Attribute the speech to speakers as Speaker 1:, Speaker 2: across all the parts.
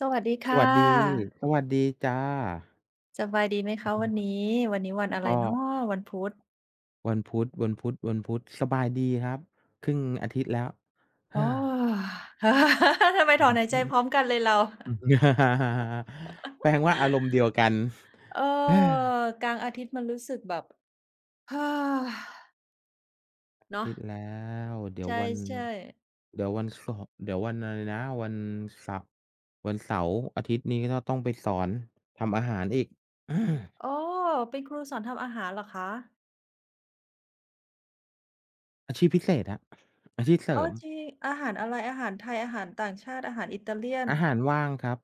Speaker 1: สวัสดี
Speaker 2: ส
Speaker 1: ค่
Speaker 2: วัสดี
Speaker 1: ะ
Speaker 2: สวัสดีจ้ะ
Speaker 1: สบายดีไหมคะ
Speaker 2: อื
Speaker 1: วั
Speaker 2: ม
Speaker 1: นนี้วันอะไร
Speaker 2: ก็
Speaker 1: เนาะวันพุธ
Speaker 2: วันพุธวันพุธวันพุธสบายดีครับ ครึ่งอาทิตย์แล้ว
Speaker 1: อ้ อทำไม
Speaker 2: อื
Speaker 1: ถ
Speaker 2: อ
Speaker 1: อนหาย
Speaker 2: ฮึ
Speaker 1: ใจพร้อมกันเลยเรา
Speaker 2: อือแปลว่าอารมณ์เดียวกัน
Speaker 1: เอ
Speaker 2: อ
Speaker 1: อ
Speaker 2: า
Speaker 1: กลางอาทิตย์มันรู้สึกแบบ
Speaker 2: อา
Speaker 1: เนาะ
Speaker 2: ทิตย์แล้ว
Speaker 1: ใช่ๆ
Speaker 2: เดี๋ยววันอะไรนะวันเสาร์วันเสาร์อาทิตย์นี้ก็ต้องไปสอนทำอาหารอีก
Speaker 1: อ๋อเป็นครูสอนทำอาหารเหรอคะ
Speaker 2: อาอาชีพพิเศษครับอาชีพเสริ
Speaker 1: อ้อ
Speaker 2: ม
Speaker 1: จริงอาหารอะไรอาหารไทยอาหารต่างชาติอาหารอิตาเลียน
Speaker 2: อาหารว่างครับ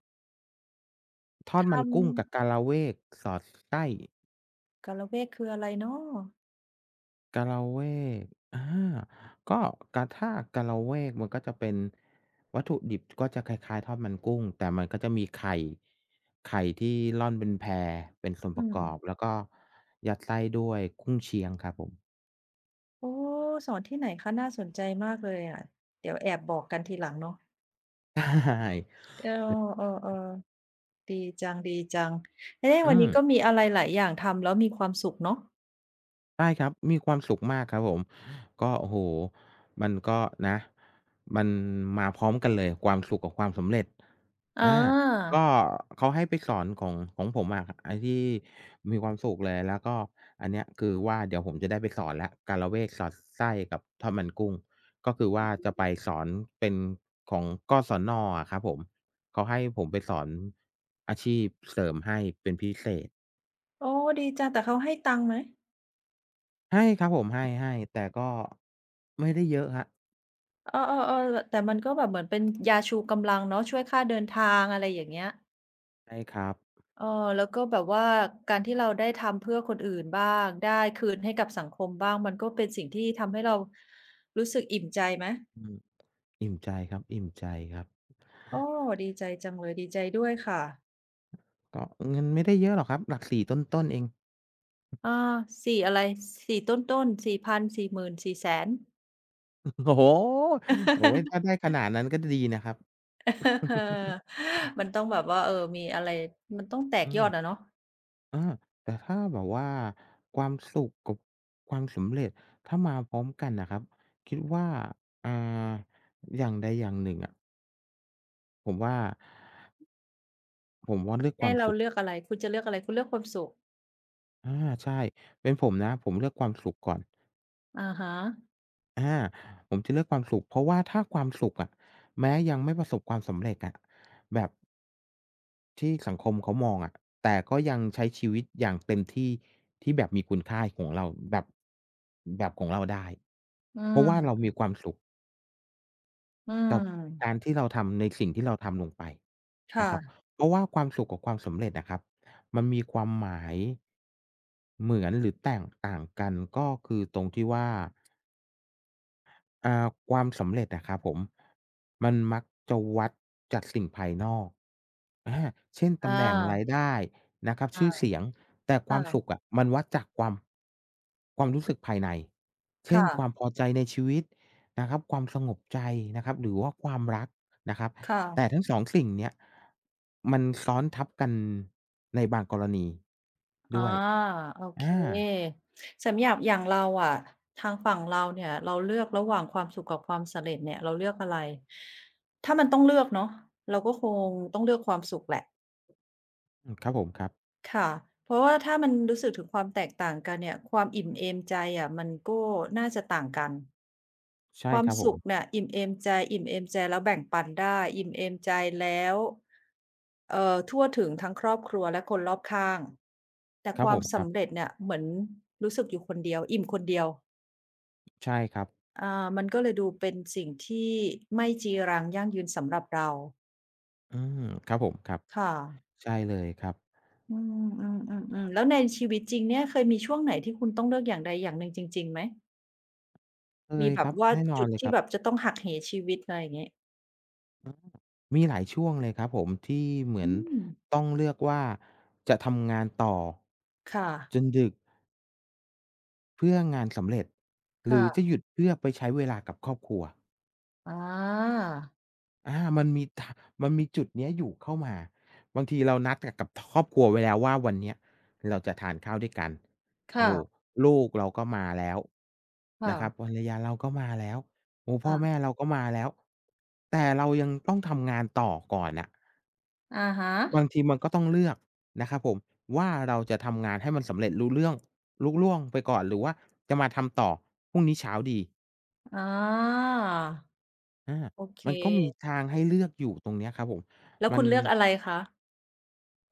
Speaker 2: ทอดมัน
Speaker 1: ทำ
Speaker 2: กุ้งกับกะระเวกสอดไส้
Speaker 1: กาละเวกคืออะไรเนาะ
Speaker 2: กะละเวกอาก็กะถ้ากะละเวกมันก็จะเป็นวัตถุดิบก็จะคล้ายๆทอดมันกุ้งแต่มันก็จะมีไข่ไข่ที่ร่อนเป็นแพเป็นส่วนป
Speaker 1: อื
Speaker 2: ระก
Speaker 1: ม
Speaker 2: อบแล้วก็ยัดไส้ด้วยกุ้งเชียงครับผม
Speaker 1: โอ้สอนที่ไหนคะน่าสนใจมากเลยอะเดี๋ยวแอบบอกกันทีหลังเนาะ
Speaker 2: ใช่
Speaker 1: เออเออๆดีจัง ดีจังเอ๊
Speaker 2: อื
Speaker 1: วัน
Speaker 2: ม
Speaker 1: นี้ก็มีอะไรหลายอย่างทำแล้วมีความสุขเนาะ
Speaker 2: ใช่ครับมีความสุขมากครับผมก็โอ้โฮมันก็นะมันมาพร้อมกันเลยความสุขกับความสำเร็จ
Speaker 1: อ
Speaker 2: อา
Speaker 1: า
Speaker 2: ก็เขาให้ไปสอนของผมอะไอ้ที่มีความสุขเลยแล้วก็อันเนี้ยคือว่าเดี๋ยวผมจะได้ไปสอนแล้วกาละเวกสอดไส้กับทอดมันกุ้งก็คือว่าจะไปสอนเป็นของกศนอะครับผมเขาให้ผมไปสอนอาชีพเสริมให้เป็นพิเศษ
Speaker 1: โอ้ดีจัง แต่เขาให้ตังค์ไหม
Speaker 2: ให้ครับผมให้ๆแต่ก็ไม่ได้เยอะครับ
Speaker 1: เออๆๆลแต่มันก็แบบเหมือนเป็นยาชูกำลังเนาะช่วยค่าเดินทางอะไรอย่างเงี้ย
Speaker 2: ใช่ครับ
Speaker 1: เออแล้วก็แบบว่าการที่เราได้ทำเพื่อคนอื่นบ้าง ได้คืนให้กับสังคมบ้าง มันก็เป็นสิ่งที่ทำให้เรารู้สึกอิ่มใจไหม
Speaker 2: อืมอิ่มใจครับอิ่มใจครับ
Speaker 1: โอ้ดีใจจังเลยดีใจด้วยค่ะ
Speaker 2: ก็เงินไม่ได้เยอะหรอกครับหลักสี่ต้นๆเอง
Speaker 1: อาสี่อะไรสี่ต้นๆสี่พันสี่หมื่นสี่แสน
Speaker 2: โอ้โฮโอ้โฮถ้าได้ ขนาดนั้นก็ดีนะครับ
Speaker 1: เออมันต้องแบบว่าเออมีอะไรมันต้องแต
Speaker 2: เอ
Speaker 1: กย
Speaker 2: อ
Speaker 1: อดอะเนาะ
Speaker 2: เออแต่ถ้าแบบว่าความสุขกับความสำเร็จถ้ามาพร้อมกันน่ะครับคิดว่าอ่าอย่างใดอย่างหนึ่งอะผมว่าผมว่าเลือกค
Speaker 1: ให้
Speaker 2: วาม
Speaker 1: เรา
Speaker 2: สุข
Speaker 1: เลือกอะไรคุณจะเลือกอะไรคุณเลือกความสุข
Speaker 2: อาใช่เป็นผมนะผมเลือกความสุขก่อน
Speaker 1: อะฮะ
Speaker 2: อาผมจะเลือกความสุขเพราะว่าถ้าความสุขอะแม้ยังไม่ประสบความสำเร็จอะแบบที่สังคมเขามองอะแต่ก็ยังใช้ชีวิตอย่างเต็มที่ที่แบบมีคุณค่าของเราแบบแบบของเราได้
Speaker 1: อื
Speaker 2: เพราะว่า
Speaker 1: ม
Speaker 2: เรามีความสุข
Speaker 1: อื
Speaker 2: กับการ
Speaker 1: ม
Speaker 2: ที่เราทำในสิ่งที่เราทำลงไปนะ
Speaker 1: ค่ะ
Speaker 2: ครับเพราะว่าความสุขกับความสำเร็จอะครับมันมีความหมายเหมือนหรือแตกต่างกันก็คือตรงที่ว่า อ่าความสำเร็จอะครับผมมันมักจะวัดจากสิ่งภายนอกอาเช่นตำแหน่ง
Speaker 1: อา
Speaker 2: รายได้นะครับชื่อ
Speaker 1: อา
Speaker 2: เสียงแต่ค
Speaker 1: ค
Speaker 2: วามสุขอะ
Speaker 1: ่ะ
Speaker 2: มันวัดจากความรู้สึกภายในเช่น
Speaker 1: ค่ะ
Speaker 2: ความพอใจในชีวิตนะครับความสงบใจนะครับหรือว่าความรักนะครับ
Speaker 1: ค่ะ
Speaker 2: แต่ทั้งสองสิ่งเนี้ยมันซ้อนทับกันในบางกรณี
Speaker 1: อา
Speaker 2: ด้วย
Speaker 1: โอเค
Speaker 2: อา
Speaker 1: สำหรับอย่างเราอะทางฝั่งเราเนี่ยเราเลือกระหว่างความสุขกับความสำเร็จเนี่ยเราเลือกอะไรถ้ามันต้องเลือกเนาะเราก็คงต้องเลือกความสุขแหละ
Speaker 2: อืมครับผมครับ
Speaker 1: ค่ะเพราะว่าถ้ามันรู้สึกถึงความแตกต่างกันเนี่ยความอิ่มเอมใจอะมันก็น่าจะต่างกัน
Speaker 2: ใช่
Speaker 1: ควา
Speaker 2: ค
Speaker 1: ม
Speaker 2: รับผ
Speaker 1: สุ
Speaker 2: ม
Speaker 1: ขเนี่ยอิ่มเอมใจอิ่มเอมใจแล้วแบ่งปันได้อิ่มเอมใจแล้วทั่วถึงทั้งครอบครัวและคนรอบข้างแต่
Speaker 2: ครั
Speaker 1: ค
Speaker 2: บผ
Speaker 1: วาม
Speaker 2: มครั
Speaker 1: สำ
Speaker 2: บ
Speaker 1: เร็จเนี่ยเหมือนรู้สึกอยู่คนเดียวอิ่มคนเดียว
Speaker 2: ใช่ครับ
Speaker 1: มันก็เลยดูเป็นสิ่งที่ไม่จีรังยั่งยืนสำหรับเรา
Speaker 2: อืมครับผมครับ
Speaker 1: ค่ะ
Speaker 2: ใช่เลยครับ
Speaker 1: อืมๆๆๆแล้วในชีวิตจริงเนี่ยเคยมีช่วงไหนที่คุณต้องเลือกอย่างใดอย่างหนึ่งจริงๆไหม
Speaker 2: เค
Speaker 1: มี
Speaker 2: ย
Speaker 1: แบ
Speaker 2: ค
Speaker 1: บ
Speaker 2: รับ
Speaker 1: ว่า
Speaker 2: แน่นอน
Speaker 1: จุด
Speaker 2: เลยค
Speaker 1: ที่
Speaker 2: รับ
Speaker 1: แบบจะต้องหักเหชีวิตอะไรอย่างเงี้ย
Speaker 2: มีหลายช่วงเลยครับผมที่เหมือ
Speaker 1: อื
Speaker 2: น
Speaker 1: ม
Speaker 2: ต้องเลือกว่าจะทำงานต่อ
Speaker 1: ค่ะ
Speaker 2: จนดึกเพื่องานสำเร็จหรือจะห
Speaker 1: ค่ะ
Speaker 2: ยุดเพื่อไปใช้เวลากับครอบครัว
Speaker 1: อา
Speaker 2: อามันมีจุดเนี้ยอยู่เข้ามาบางทีเรานัดกับครอบครัวไว้แล้วว่าวันเนี้ยเราจะทานข้าวด้วยกันโอ้
Speaker 1: ค่ะ
Speaker 2: โฮลูกเราก็มาแล้วนะครับ
Speaker 1: ค่ะ
Speaker 2: ภรรยาเราก็มาแล้วโอ้โฮพ่อ
Speaker 1: ค่ะ
Speaker 2: แม่เราก็มาแล้วแต่เรายังต้องทำงานต่อก่อนน่ะ
Speaker 1: อะฮะ
Speaker 2: บางทีมันก็ต้องเลือกนะครับผมว่าเราจะทำงานให้มันสำเร็จรู้เรื่องลุล่วงไปก่อนหรือว่าจะมาทำต่อพรุ่งนี้เช้าดี
Speaker 1: อา
Speaker 2: อา
Speaker 1: โอเค
Speaker 2: มันก็มีทางให้เลือกอยู่ตรงเนี้ยครับผม
Speaker 1: แล้ว
Speaker 2: มัน
Speaker 1: คุณเลือกอะไรคะ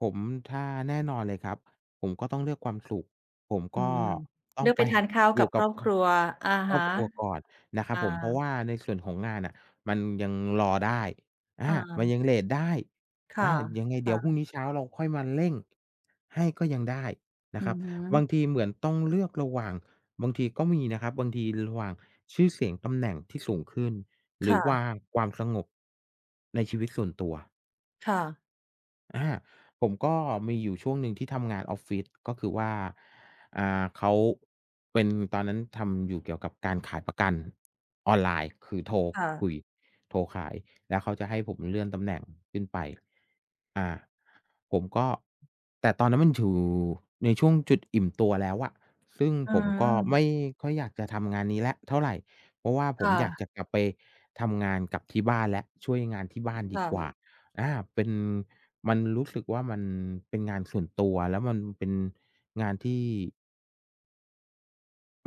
Speaker 2: ผมถ้าแน่นอนเลยครับผมก็ต้องเลือกความสุขผม
Speaker 1: อื
Speaker 2: ก็
Speaker 1: ม
Speaker 2: ต้อง
Speaker 1: เลือก
Speaker 2: ไป
Speaker 1: ไปทาน ข้าว
Speaker 2: อ
Speaker 1: กับ
Speaker 2: ยู่
Speaker 1: ค
Speaker 2: กับ
Speaker 1: รอบครัวอะ
Speaker 2: ครอ
Speaker 1: ฮะ
Speaker 2: บครัวก่อนนะครับ
Speaker 1: อ
Speaker 2: ผมเพราะว่า
Speaker 1: า
Speaker 2: ในส่วนของงานน่ะมันยังรอได้อา
Speaker 1: อ
Speaker 2: มันยัง
Speaker 1: า
Speaker 2: เลตได้
Speaker 1: ค่ะ
Speaker 2: อายังไงเดี๋ยวพรุ่
Speaker 1: ค่ะ
Speaker 2: งนี้เช้าเราค่อยมาเร่งให้ก็ยังได้นะ
Speaker 1: อื
Speaker 2: ครั
Speaker 1: อ
Speaker 2: บ
Speaker 1: ฮึ
Speaker 2: บางทีเหมือนต้องเลือกระหว่างบางทีก็มีนะครับบางทีระหว่างชื่อเสียงตำแหน่งที่สูงขึ้นหรือว่า
Speaker 1: ค่ะ
Speaker 2: ความสงบในชีวิตส่วนตัว
Speaker 1: ค่ะ
Speaker 2: อาผมก็มีอยู่ช่วงหนึ่งที่ทำงานออฟฟิศก็คือว่าอ่า เขาเป็นตอนนั้นทำอยู่เกี่ยวกับการขายประกันออนไลน์คือโทรคุย
Speaker 1: ค่ะ
Speaker 2: โทรขายแล้วเขาจะให้ผมเลื่อนตำแหน่งขึ้นไปอา ผมก็แต่ตอนนั้นมันอยู่ในช่วงจุดอิ่มตัวแล้วอะซึ่ง
Speaker 1: อื
Speaker 2: ผมก็ไม่
Speaker 1: ม
Speaker 2: ค่อยอยากจะทำงานนี้แล้วเท่าไรเพราะว่าผมอยากจะ
Speaker 1: ค่ะ
Speaker 2: กลับไปทำงานกับที่บ้านแล้วช่วยงานที่บ้านดีกว่า
Speaker 1: ค่ะ
Speaker 2: อาเป็นมันรู้สึกว่ามันเป็นงานส่วนตัวแล้วมันเป็นงานที่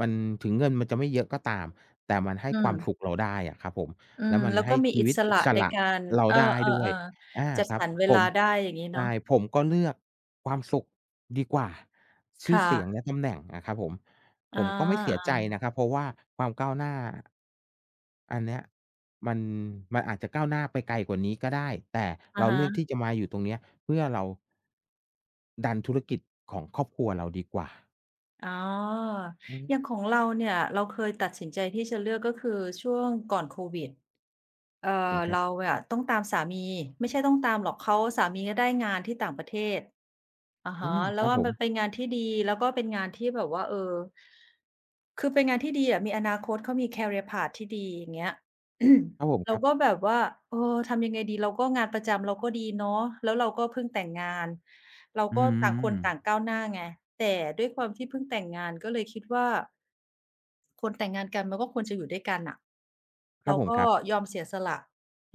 Speaker 2: มันถึงเงินมันจะไม่เยอะก็ตามแต่มันให้
Speaker 1: อื
Speaker 2: ค
Speaker 1: ม
Speaker 2: วามสุขเราได้อะครับผม
Speaker 1: อื
Speaker 2: แล้
Speaker 1: ม
Speaker 2: วมัน
Speaker 1: แล้ว
Speaker 2: ให้
Speaker 1: ก็มี
Speaker 2: ชี
Speaker 1: อิ
Speaker 2: วิต
Speaker 1: ส
Speaker 2: อิ
Speaker 1: ระ
Speaker 2: ส
Speaker 1: ใน
Speaker 2: ระ
Speaker 1: การ
Speaker 2: เรา
Speaker 1: เออ
Speaker 2: ได้ด้วย
Speaker 1: ๆ
Speaker 2: อา
Speaker 1: ๆจัด
Speaker 2: ครั
Speaker 1: ส
Speaker 2: บ
Speaker 1: รรเว
Speaker 2: ผ
Speaker 1: ลา
Speaker 2: ม
Speaker 1: ได้อย่างงี้เนาะ
Speaker 2: ใช่ผมก็เลือกความสุขดีกว่า
Speaker 1: ค
Speaker 2: ชื่อเสียงและ
Speaker 1: ่ะ
Speaker 2: ตำแหน่งอะครับผมผ
Speaker 1: อา
Speaker 2: มก็ไม่เสียใจ
Speaker 1: อะ
Speaker 2: นะครับเพราะว่าความก้าวหน้าอันเนี้ยมันมันอาจจะก้าวหน้าไปไกลกว่านี้ก็ได้แต่
Speaker 1: ฮ
Speaker 2: เราเลื
Speaker 1: ะ
Speaker 2: อกที่จะมาอยู่ตรงเนี้ยเพื่อเราดันธุรกิจของครอบครัวเราดีกว่า
Speaker 1: อ๋อ
Speaker 2: อื
Speaker 1: อย่างข
Speaker 2: ม
Speaker 1: องเราเนี่ย เราเคยตัดสินใจที่จะเลือกก็คือช่วงก่อนโควิด เอ่อ
Speaker 2: ผมครับ
Speaker 1: เราอะต้องตามสามีไม่ใช่ต้องตามหรอกเขาสามีก็ได้งานที่ต่างประเทศอะ
Speaker 2: อื
Speaker 1: ฮะ
Speaker 2: ม
Speaker 1: แล้
Speaker 2: ค
Speaker 1: ว
Speaker 2: รับ
Speaker 1: ว่า
Speaker 2: ผม
Speaker 1: มันเป็นงานที่ดีแล้วก็เป็นงานที่แบบว่าเออคือเป็นงานที่ดีอะมีอนาคตเขามี career path ที่ดีอย่างเงี้ย
Speaker 2: ครับผม ค
Speaker 1: เรา
Speaker 2: รั
Speaker 1: ก็
Speaker 2: บ
Speaker 1: แบบว่าเออทำยังไงดีเราก็งานประจำเราก็ดีเนาะแล้วเราก็เพิ่งแต่งงานเรา
Speaker 2: อื
Speaker 1: ก็ต่างคนต่าง
Speaker 2: ม
Speaker 1: ก้าวหน้าไงแต่ด้วยความที่เพิ่งแต่งงานก็เลยคิดว่า คนแต่งงานกันมันก็ควรจะอยู่ด้วยกันน่ะ
Speaker 2: ครับ
Speaker 1: เรา
Speaker 2: ผมค
Speaker 1: ก็
Speaker 2: รับ
Speaker 1: ยอมเสียสละ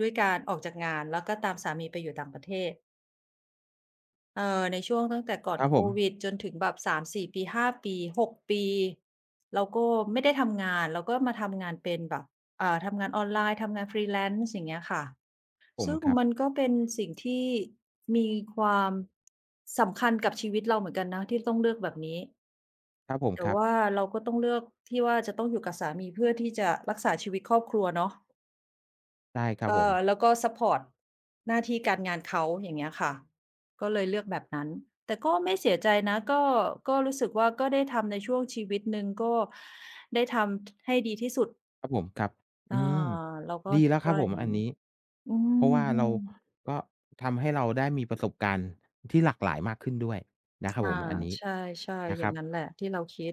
Speaker 1: ด้วยการออกจากงานแล้วก็ตามสามีไปอยู่ต่างประเทศในช่วงตั้งแต่ก่อ
Speaker 2: ค
Speaker 1: น
Speaker 2: รับ
Speaker 1: โค
Speaker 2: ผม
Speaker 1: วิดจนถึงแบบ3-4ปี5ปี6ปีเราก็ไม่ได้ทำงานเราก็มาทำงานเป็นแบบทำงานออนไลน์ทำงาน Freelance อย่างเงี้ยค่ะ
Speaker 2: ผม
Speaker 1: ซึ่ง
Speaker 2: ครับ
Speaker 1: มันก็เป็นสิ่งที่มีความสำคัญกับชีวิตเราเหมือนกันนะที่ต้องเลือกแบบนี้
Speaker 2: ครับผม
Speaker 1: แต่
Speaker 2: ครับ
Speaker 1: ว่าเราก็ต้องเลือกที่ว่าจะต้องอยู่กับสามีเพื่อที่จะรักษาชีวิตครอบครัวเนาะ
Speaker 2: ใช่ครับ
Speaker 1: เอ
Speaker 2: ผม
Speaker 1: อแล้วก็ซัปพอร์ตหน้าที่การงานเขาอย่างเงี้ยค่ะก็เลยเลือกแบบนั้นแต่ก็ไม่เสียใจนะก็รู้สึกว่าก็ได้ทำในช่วงชีวิตหนึ่งก็ได้ทำให้ดีที่สุด
Speaker 2: ครับผมครับ
Speaker 1: เอา
Speaker 2: อืม
Speaker 1: เราก็
Speaker 2: ดี
Speaker 1: คิ
Speaker 2: แล้
Speaker 1: ด
Speaker 2: วครับ
Speaker 1: ว่า
Speaker 2: ผ
Speaker 1: อ
Speaker 2: ม
Speaker 1: ย่าง
Speaker 2: อั
Speaker 1: งั้
Speaker 2: น
Speaker 1: น
Speaker 2: นี้
Speaker 1: อื
Speaker 2: เพราะว่าเรา
Speaker 1: ม
Speaker 2: ก็ทำให้เราได้มีประสบการณ์ที่หลากหลายมากขึ้นด้วยนะครั
Speaker 1: ๆ
Speaker 2: บ
Speaker 1: อา
Speaker 2: ผมอันนี้
Speaker 1: ใช่ๆ
Speaker 2: นะ
Speaker 1: อ
Speaker 2: ค
Speaker 1: ย่า
Speaker 2: รั
Speaker 1: ง
Speaker 2: บ
Speaker 1: งั้นแหละที่เราคิด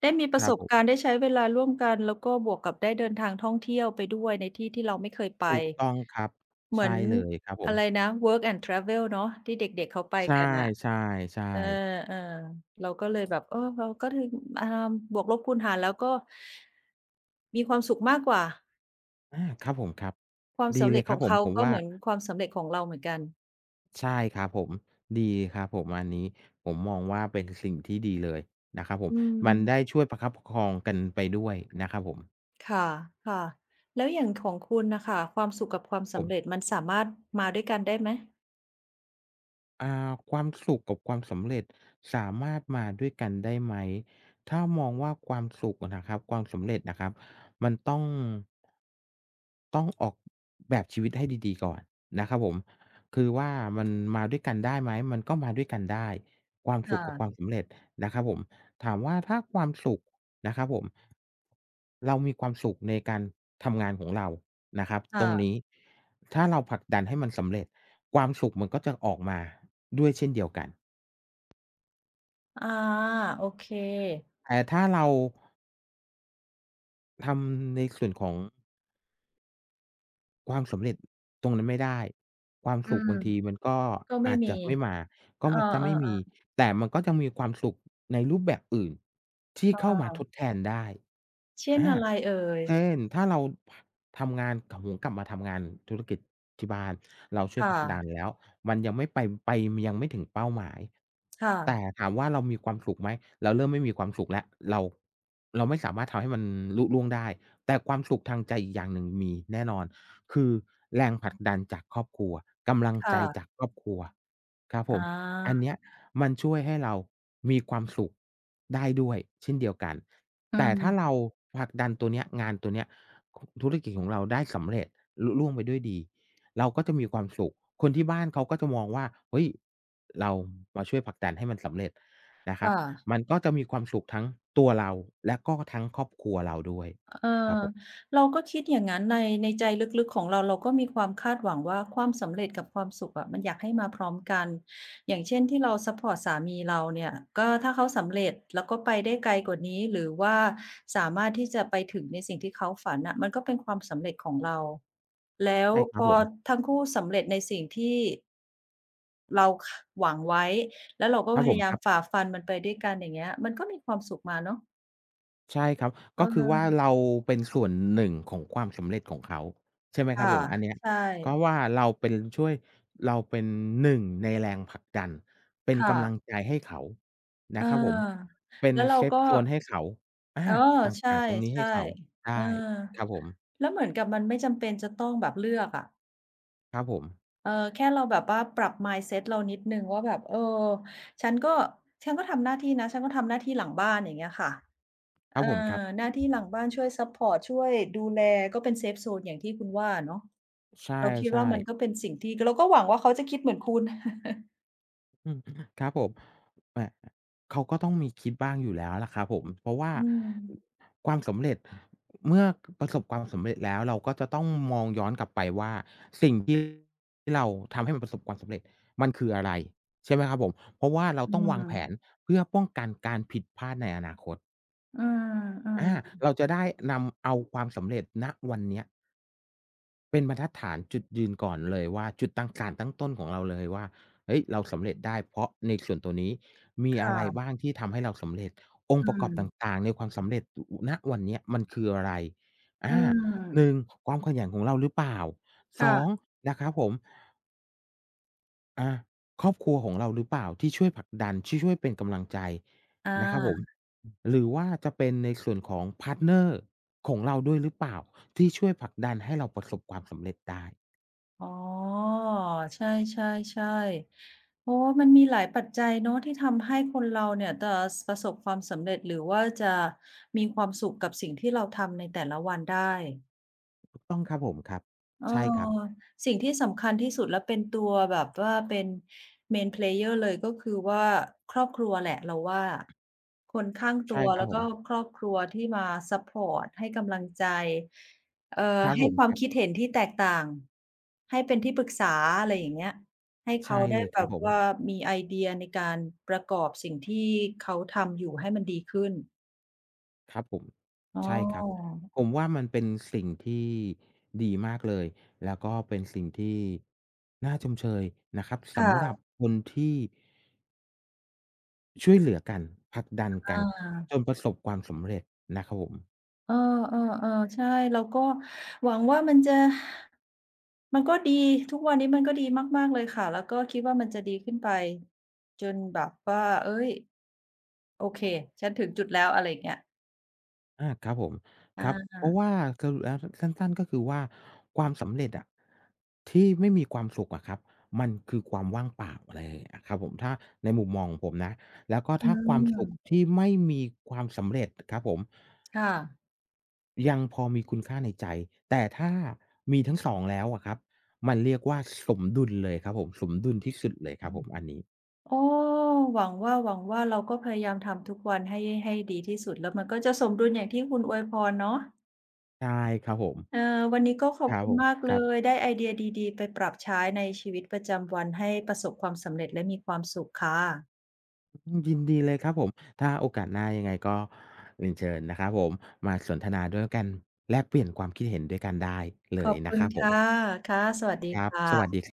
Speaker 1: ได้มีป
Speaker 2: ค
Speaker 1: ระ
Speaker 2: รั
Speaker 1: ส
Speaker 2: บ
Speaker 1: บ
Speaker 2: ผ
Speaker 1: การ
Speaker 2: ม
Speaker 1: ณ์ได้ใช้เวลาร่วมกันแล้วก็บวกกับได้เดินทางท่องเที่ยวไปด้วยในที่ที่เราไม่เคยไป
Speaker 2: ถูกต้องครับ
Speaker 1: เหมือ
Speaker 2: ใช่
Speaker 1: น
Speaker 2: เลยครับผ
Speaker 1: อะ
Speaker 2: ม
Speaker 1: ไรนะ Work and Travel เนาะที่เด็กๆเขาไป
Speaker 2: ใช่
Speaker 1: กันน่ะเออ
Speaker 2: ๆๆ
Speaker 1: ๆเราก็เลยแบบเออเราก็ถึงอ่าบวกลบคูณหารแล้วก็มีความสุขมากกว่า
Speaker 2: อาครับผมครับ
Speaker 1: ความ
Speaker 2: ดี
Speaker 1: สำ
Speaker 2: เล
Speaker 1: เร็จ
Speaker 2: ยค
Speaker 1: ข
Speaker 2: รับ
Speaker 1: อง
Speaker 2: ผม
Speaker 1: เขา
Speaker 2: ผม
Speaker 1: ก็
Speaker 2: ว่า
Speaker 1: เหมือนความสำเร็จของเราเหมือนกัน
Speaker 2: ใช่ครับผมดีครับผมอันนี้ผมมองว่าเป็นสิ่งที่ดีเลยนะครับผม
Speaker 1: อื
Speaker 2: มันได้
Speaker 1: ม
Speaker 2: ช่วยประคับประคองกันไปด้วยนะครับผม
Speaker 1: ค่ะๆแล้วอย่างของคุณน่ะค่ะความสุขกับความ
Speaker 2: ผ
Speaker 1: สำเร็จ
Speaker 2: ม
Speaker 1: มันสามารถมาด้วยกันได้ไหม
Speaker 2: อ่าความสุขกับความสำเร็จสามารถมาด้วยกันได้ไหมถ้ามองว่าความสุขอะนะครับความสำเร็จนะครับมันต้องออกแบบชีวิตให้ดีๆก่อนนะครับผมคือว่ามันมาด้วยกันได้ไหมมันก็มาด้วยกันได้ความสุขกับความ
Speaker 1: ค่ะ
Speaker 2: สำเร็จนะครับผมถามว่าถ้าความสุขนะครับผมเรามีความสุขในการทำงานของเรานะครับตรงนี้
Speaker 1: ค่ะ
Speaker 2: ถ้าเราผลักดันให้มันสำเร็จ ความสุขมันก็จะออกมาด้วยเช่นเดียวกัน
Speaker 1: อาโอเค
Speaker 2: แต่ถ้าเราทำในส่วนของ ความสำเร็จตรงนั้นไม่ได้ความ
Speaker 1: อื
Speaker 2: สุข
Speaker 1: ม
Speaker 2: บางทีมันก็
Speaker 1: ก็ไม่
Speaker 2: อาจ
Speaker 1: มี
Speaker 2: จะไม่มาก็
Speaker 1: เออ
Speaker 2: จะไม่มี
Speaker 1: ๆๆ
Speaker 2: แต่มันก็จะมีความสุขในรูปแบบอื่นที่เข้ามา
Speaker 1: ๆ
Speaker 2: ทดแทนได้
Speaker 1: เช่น
Speaker 2: อา
Speaker 1: อะไรเอ่ย
Speaker 2: เช่นถ้าเราพทำงานกโอ้โฮกลับมาทำงานธุรกิจที่บ้านเราช่วยผ
Speaker 1: ค่ะ
Speaker 2: ลักดันแล้วมันยังไม่ไปยังไม่ถึงเป้าหมาย
Speaker 1: ค่ะ
Speaker 2: แต่ถามว่าเรามีความสุขไหมเราเริ่มไม่มีความสุขแล้วเราเราไม่สามารถทำให้มันลุล่วงได้แต่ความสุขทางใจอีกอย่างหนึ่งมีแน่นอน คือแรงผลักดันจากครอบครัวกำลังใจจาก
Speaker 1: ค่ะ
Speaker 2: ครอบครัวครับผ
Speaker 1: อา
Speaker 2: มอันเนี้ยมันช่วยให้เรามีความสุขได้ด้วยเช่นเดียวกัน
Speaker 1: อื
Speaker 2: แต่ถ้า
Speaker 1: ม
Speaker 2: เราผลักดันตัวเนี้ยงานตัวเนี้ยขธุรกิจของเราได้สำเร็จลุล่วงไปด้วยดีเราก็จะมีความสุขคนที่บ้านเขาก็จะมองว่าเฮ้ยเรามาช่วยผลักดันให้มันสำเร็จนะครับ
Speaker 1: ค่ะ
Speaker 2: มันก็จะมีความสุขทั้งตัวเราและก็ทั้งครอบครัวเราด้วย
Speaker 1: เอ
Speaker 2: ครับ
Speaker 1: อ
Speaker 2: ผม
Speaker 1: เราก็คิดอย่างงั้นในในใจลึกๆของเราเราก็มีความคาดหวังว่าความสำเร็จกับความสุขอะมันอยากให้มาพร้อมกันอย่างเช่นที่เราซัปพอร์ตสามีเราเนี่ยก็ถ้าเขาสำเร็จแล้วก็ไปได้ไกลกว่านี้หรือว่าสามารถที่จะไปถึงในสิ่งที่เขาฝันน่ะมันก็เป็นความสำเร็จของเราแล้ว
Speaker 2: ใช่ค
Speaker 1: พ
Speaker 2: รับ
Speaker 1: อ
Speaker 2: ผม
Speaker 1: ทั้งคู่สำเร็จในสิ่งที่เราคหวังไว้แล้วเราก็
Speaker 2: ครั
Speaker 1: พ
Speaker 2: บผม
Speaker 1: ยายา
Speaker 2: ค
Speaker 1: ม
Speaker 2: รับ
Speaker 1: ฝ่าฟันมันไปด้วยกันอย่างเงี้ยมันก็มีความสุขมาเนาะ
Speaker 2: ใช่ครับ ก็คือว่า
Speaker 1: เออ
Speaker 2: เราเป็นส่วนหนึ่งของความสำเร็จของเขาใช่ไหมครับ
Speaker 1: ค่ะ
Speaker 2: ผมอันเนี้ย
Speaker 1: ใช่
Speaker 2: ก็ว่าเราเป็นช่วยเราเป็นหนึ่งในแรงผลักดันเป็น
Speaker 1: ค่ะ
Speaker 2: กำลังใจให้เขา
Speaker 1: เอ
Speaker 2: นะครับผม
Speaker 1: อ
Speaker 2: เป็น
Speaker 1: แล้วเรา
Speaker 2: เซฟ
Speaker 1: ก็
Speaker 2: โซนให้เขาอา
Speaker 1: เออ
Speaker 2: ต
Speaker 1: ใช่
Speaker 2: ่างๆตรงนี้ให้
Speaker 1: ใช่
Speaker 2: เขาใช่
Speaker 1: เออ
Speaker 2: ครับผม
Speaker 1: แล้วเหมือนกับมันไม่จำเป็นจะต้องแบบเลือกอะ
Speaker 2: ครับผม
Speaker 1: แค่เราแบบว่าปรับ mindset เรานิดหนึ่งว่าแบบฉันก็ฉันก็ทำหน้าที่นะฉันก็ทำหน้าที่หลังบ้านอย่างเงี้ยค่ะ
Speaker 2: ค
Speaker 1: เอ
Speaker 2: รับ
Speaker 1: อ
Speaker 2: ผมครับ
Speaker 1: หน้าที่หลังบ้านช่วยซัปพอร์ตช่วยดูแลก็เป็นเซฟโซนอย่างที่คุณว่าเนาะ
Speaker 2: ใช
Speaker 1: เราคิดว่า
Speaker 2: ่
Speaker 1: มันก็
Speaker 2: ๆ
Speaker 1: เป็นสิ่งที่เราก็หวังว่าเขาจะคิดเหมือนคุณ
Speaker 2: อืมครับผมแหมเขาก็ต้องมีคิดบ้างอยู่แล้วล่ะครับผมเพราะว่า
Speaker 1: อืม
Speaker 2: ความสำเร็จเมื่อประสบความสำเร็จแล้วเราก็จะต้องมองย้อนกลับไปว่าสิ่งที่เราทำให้มันประสบความสำเร็จมันคืออะไรใช่ไหมครับผมเพราะว่าเรา
Speaker 1: อื
Speaker 2: ต้องวางแผน
Speaker 1: ม
Speaker 2: เพื่อป้องกันการผิดพลาดในอนาคต
Speaker 1: อืมอื
Speaker 2: อา
Speaker 1: ม
Speaker 2: เราจะได้นำเอาความสำเร็จณวันเนี้ย เป็นบรรทัดฐานจุดยืนก่อนเลยว่าจุดตั้งการตั้งต้นของเราเลยว่าเฮ้ยเราสำเร็จได้เพราะในส่วนตัวนี้มีอะไร
Speaker 1: ค่ะ
Speaker 2: บ้างที่ทำให้เราสำเร็จองค์
Speaker 1: อื
Speaker 2: ประกอบต
Speaker 1: ม
Speaker 2: ่างๆในความสำเร็จอณวันเนี้ยมันคืออะไร
Speaker 1: อื
Speaker 2: อาหนึ่ง
Speaker 1: ม
Speaker 2: ความขยันของเราหรือเปล่าสอง
Speaker 1: ค่ะ
Speaker 2: นะครับผมอาครอบครัวของเราหรือเปล่าที่ช่วยผลักดันที่ช่วยเป็นกำลังใจ
Speaker 1: อ
Speaker 2: นะครับผม
Speaker 1: า
Speaker 2: หรือว่าจะเป็นในส่วนของพาร์ตเนอร์ของเราด้วยหรือเปล่าที่ช่วยผลักดันให้เราประสบความสำเร็จได้
Speaker 1: อ๋อ ใช่ๆๆโอ้ มันมีหลายปัจจัยเนาะที่ทำให้คนเราเนี่ยจะประสบความสำเร็จหรือว่าจะมีความสุขกับสิ่งที่เราทำในแต่ละวันได้
Speaker 2: ต้องครับผมครับ
Speaker 1: เออ
Speaker 2: ใช่ครับ
Speaker 1: สิ่งที่สำคัญที่สุดและเป็นตัวแบบว่าเป็น Main Player เลยก็คือว่าครอบครัวแหละเราว่าคนข้าง
Speaker 2: ใช่
Speaker 1: ตัว
Speaker 2: ครับ
Speaker 1: แล้ว
Speaker 2: ผ
Speaker 1: ก็
Speaker 2: ม
Speaker 1: ครอบครัวที่มาซัปพอร์ตให้กำลังใจเอ่
Speaker 2: ค
Speaker 1: อ
Speaker 2: รับผ
Speaker 1: ให้
Speaker 2: ม
Speaker 1: ควา
Speaker 2: ค
Speaker 1: ม
Speaker 2: รั
Speaker 1: คิด
Speaker 2: บ
Speaker 1: เห็นที่แตกต่างให้เป็นที่ปรึกษาอะไรอย่างเงี้ยให้เขา
Speaker 2: ใช่เล
Speaker 1: ได้
Speaker 2: ยค
Speaker 1: แบ
Speaker 2: รับ
Speaker 1: บ
Speaker 2: ผม
Speaker 1: ว่ามีไอเดียในการประกอบสิ่งที่เขาทำอยู่ให้มันดีขึ้น
Speaker 2: ครับผม
Speaker 1: อ๋อ
Speaker 2: ใช่ครับผมว่ามันเป็นสิ่งที่ดีมากเลยแล้วก็เป็นสิ่งที่น่าชมเชยนะครับสำหรับ
Speaker 1: ค่ะ
Speaker 2: คนที่ช่วยเหลือกันผลักดัน
Speaker 1: อ
Speaker 2: กันจน
Speaker 1: า
Speaker 2: ประสบความสำเร็จนะครับผม
Speaker 1: เออๆๆใช่เราก็หวังว่ามันจะมันก็ดีทุกวันนี้มันก็ดีมากๆเลยค่ะแล้วก็คิดว่ามันจะดีขึ้นไปจนแบบว่าเฮ้ยโอเคฉันถึงจุดแล้วอะไรอย่างเงี้ย
Speaker 2: อาครับผมค
Speaker 1: อ
Speaker 2: รับเพ
Speaker 1: า
Speaker 2: ราะว่าสรุปแล้วสสั้นๆก็คือว่าความสำเร็จอะที่ไม่มีความสุขอะครับมันคือความว่างเปล่าอะไรอะครับผมถ้าในมุมมองของผมนะแล้วก็
Speaker 1: อื
Speaker 2: ถ้าความ
Speaker 1: ม
Speaker 2: สุขที่ไม่มีความสำเร็จครับผม
Speaker 1: ค่ะ
Speaker 2: ยังพอมีคุณค่าในใจแต่ถ้ามีทั้งสองแล้วอะครับมันเรียกว่าสมดุลเลยครับผมสมดุลที่สุดเลยครับผมอันนี้
Speaker 1: โอ้หวังว่าหวังว่าเราก็พยายามทำทุกวันให้ให้ดีที่สุดแล้วมันก็จะสมดุลอย่างที่คุณอวยพรเนาะ
Speaker 2: ใช่ครับผม
Speaker 1: เออวันนี้ก็ขอ
Speaker 2: ค
Speaker 1: บ
Speaker 2: รับ
Speaker 1: คุณ
Speaker 2: ผม
Speaker 1: มาก
Speaker 2: ค
Speaker 1: เล
Speaker 2: รับ
Speaker 1: ยได้ไอเดียดีๆไปปรับใช้ในชีวิตประจำวันให้ประสบความสำเร็จและมีความสุขค่ะ
Speaker 2: อืมยินดีเลยครับผมถ้าโอกาสหน้ายังไงก็เรียนเชิญนะครับผมมาสนทนาด้วยกันแลกเปลี่ยนความคิดเห็นด้วยกันได้เล
Speaker 1: ขอ
Speaker 2: ย
Speaker 1: บ
Speaker 2: นะ
Speaker 1: คุ
Speaker 2: ค
Speaker 1: ณ
Speaker 2: รับผม
Speaker 1: ค่ะ ค่ะ สวัสดี
Speaker 2: ครับ
Speaker 1: ค่ะ
Speaker 2: สวัสดีค